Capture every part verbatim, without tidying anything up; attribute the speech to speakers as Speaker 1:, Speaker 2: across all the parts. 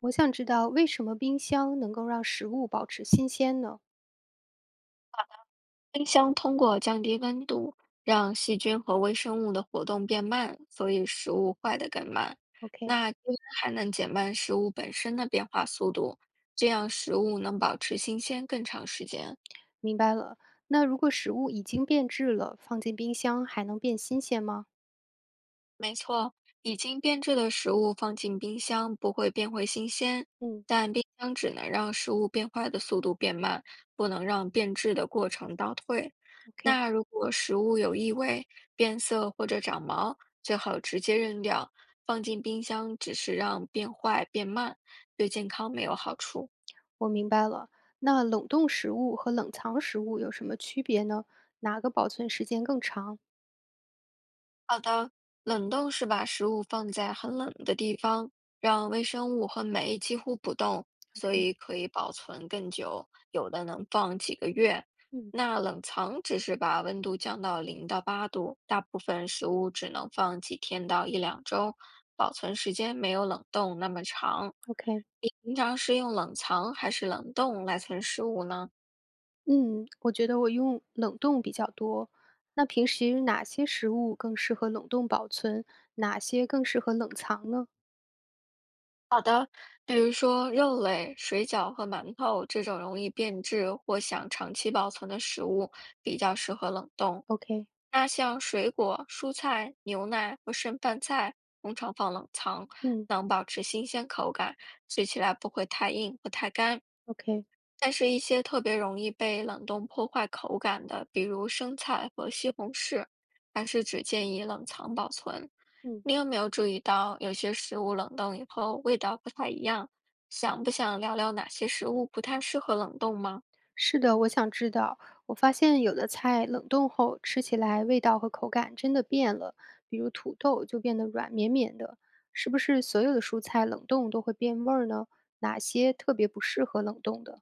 Speaker 1: 我想知道为什么冰箱能够让食物保持新鲜呢
Speaker 2: 冰箱通过降低温度，让细菌和微生物的活动变慢，所以食物坏得更慢。
Speaker 1: ？OK，
Speaker 2: 那低温还能减慢食物本身的变化速度，这样食物能保持新鲜更长时间。
Speaker 1: 明白了。那如果食物已经变质了，放进冰箱还能变新鲜吗？
Speaker 2: 没错，已经变质的食物放进冰箱不会变回新鲜，
Speaker 1: 嗯
Speaker 2: 但冰箱只能让食物变坏的速度变慢，不能让变质的过程倒退。
Speaker 1: ，OK，
Speaker 2: 那如果食物有异味、变色或者长毛，最好直接扔掉。放进冰箱只是让变坏变慢，对健康没有好处。
Speaker 1: 我明白了。那冷冻食物和冷藏食物有什么区别呢？哪个保存时间更长？
Speaker 2: 冷冻是把食物放在很冷的地方，让微生物和酶几乎不动，所以可以保存更久，有的能放几个月。
Speaker 1: 嗯
Speaker 2: 那冷藏只是把温度降到零到八度，大部分食物只能放几天到一两周，保存时间没有冷冻那么长。
Speaker 1: ，OK，
Speaker 2: 你平常是用冷藏还是冷冻来存食物呢？
Speaker 1: 嗯，我觉得我用冷冻比较多。那平时哪些食物更适合冷冻保存，哪些更适合冷藏呢
Speaker 2: 比如说肉类、水饺和馒头这种容易变质或想长期保存的食物，比较适合冷冻。
Speaker 1: ？OK，
Speaker 2: 那像水果、蔬菜、牛奶和剩饭菜，通常放冷藏，
Speaker 1: 嗯
Speaker 2: 能保持新鲜口感，吃起来不会太硬和太干。
Speaker 1: ，OK，
Speaker 2: 但是，一些特别容易被冷冻破坏口感的，比如生菜和西红柿，还是只建议冷藏保存。
Speaker 1: 嗯。
Speaker 2: 你有没有注意到，有些食物冷冻以后味道不太一样？想不想聊聊哪些食物不太适合冷冻吗？
Speaker 1: 是的，我想知道。我发现有的菜冷冻后吃起来味道和口感真的变了，比如土豆就变得软绵绵的。是不是所有的蔬菜冷冻都会变味儿呢？哪些特别不适合冷冻的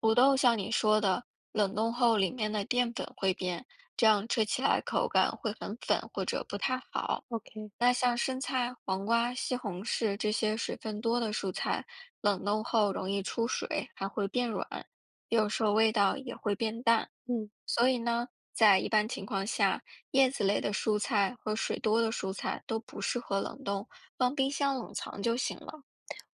Speaker 2: 土豆像你说的，冷冻后里面的淀粉会变，这样吃起来口感会很粉或者不太好。
Speaker 1: ？OK，
Speaker 2: 那像生菜、黄瓜、西红柿这些水分多的蔬菜，冷冻后容易出水，还会变软，有时候味道也会变淡。
Speaker 1: 嗯，
Speaker 2: 所以呢，在一般情况下，叶子类的蔬菜和水多的蔬菜都不适合冷冻，放冰箱冷藏就行了。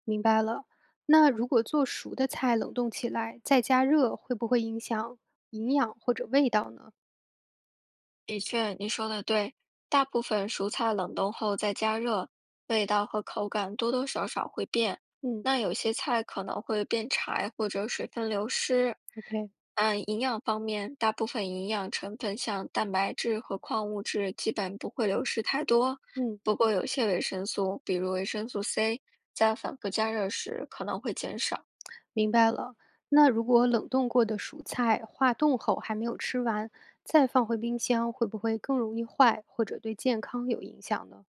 Speaker 1: 明白了。那如果做熟的菜冷冻起来再加热，会不会影响营养或者味道呢？
Speaker 2: 的确，你说的对，大部分蔬菜冷冻后再加热，味道和口感多多少少会变。
Speaker 1: 嗯
Speaker 2: 那有些菜可能会变柴或者水分流失。
Speaker 1: ，OK，
Speaker 2: 按营养方面，大部分营养成分像蛋白质和矿物质基本不会流失太多。
Speaker 1: 嗯。
Speaker 2: 不过有些维生素，比如维生素 C，在反复加热时可能会减少。
Speaker 1: 明白了。那如果冷冻过的蔬菜化冻后还没有吃完，再放回冰箱，会不会更容易坏，或者对健康有影响呢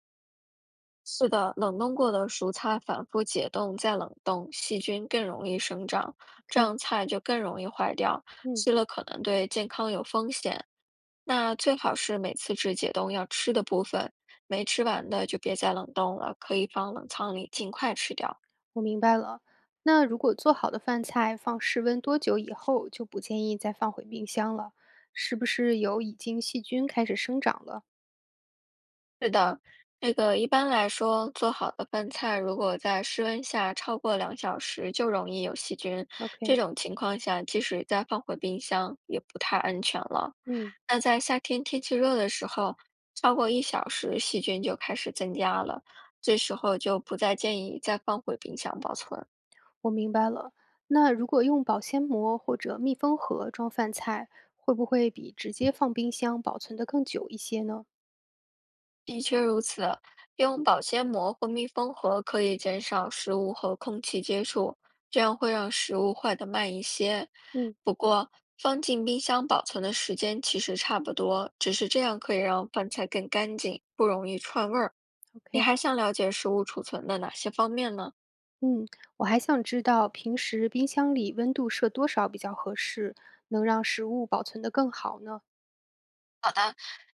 Speaker 2: 是的，冷冻过的蔬菜反复解冻再冷冻，细菌更容易生长，这
Speaker 1: ？OK，
Speaker 2: 样菜就更容易坏掉，
Speaker 1: 嗯，
Speaker 2: 吃了可能对健康有风险。那最好是每次只解冻要吃的部分，没吃完的就别再冷冻了，可以放冷藏里尽快吃掉。
Speaker 1: 我明白了。那如果做好的饭菜放室温多久以后就不建议再放回冰箱了？是不是有已经细菌开始生长了
Speaker 2: 是的，那个一般来说，做好的饭菜如果在室温下超过两小时，就容易有细菌。这
Speaker 1: ？OK，
Speaker 2: 种情况下，即使再放回冰箱，也不太安全了。
Speaker 1: 嗯，
Speaker 2: 那在夏天天气热的时候，超过一小时，细菌就开始增加了，这时候就不再建议再放回冰箱保存。
Speaker 1: 我明白了。那如果用保鲜膜或者密封盒装饭菜，会不会比直接放冰箱保存得更久一些呢？
Speaker 2: 用保鲜膜或密封盒可以减少食物和空气接触，这样会让食物坏得慢一些。
Speaker 1: 嗯。
Speaker 2: 不过，放进冰箱保存的时间其实差不多，只是这样可以让饭菜更干净，不容易串味儿。你
Speaker 1: OK，
Speaker 2: 还想了解食物储存的哪些方面呢？
Speaker 1: 嗯，我还想知道平时冰箱里温度设多少比较合适，能让食物保存得更好呢？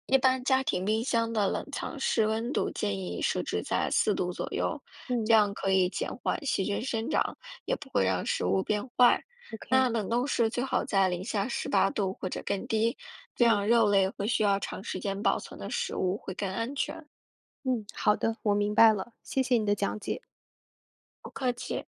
Speaker 2: 一般家庭冰箱的冷藏室温度建议设置在四度左右，这
Speaker 1: 嗯
Speaker 2: 样可以减缓细菌生长，也不会让食物变坏。那
Speaker 1: ，OK，
Speaker 2: 冷冻室最好在零下十八度或者更低，这
Speaker 1: 嗯
Speaker 2: 样肉类和需要长时间保存的食物会更安全。
Speaker 1: 嗯，好的，我明白了，谢谢你的讲解。
Speaker 2: 不客气。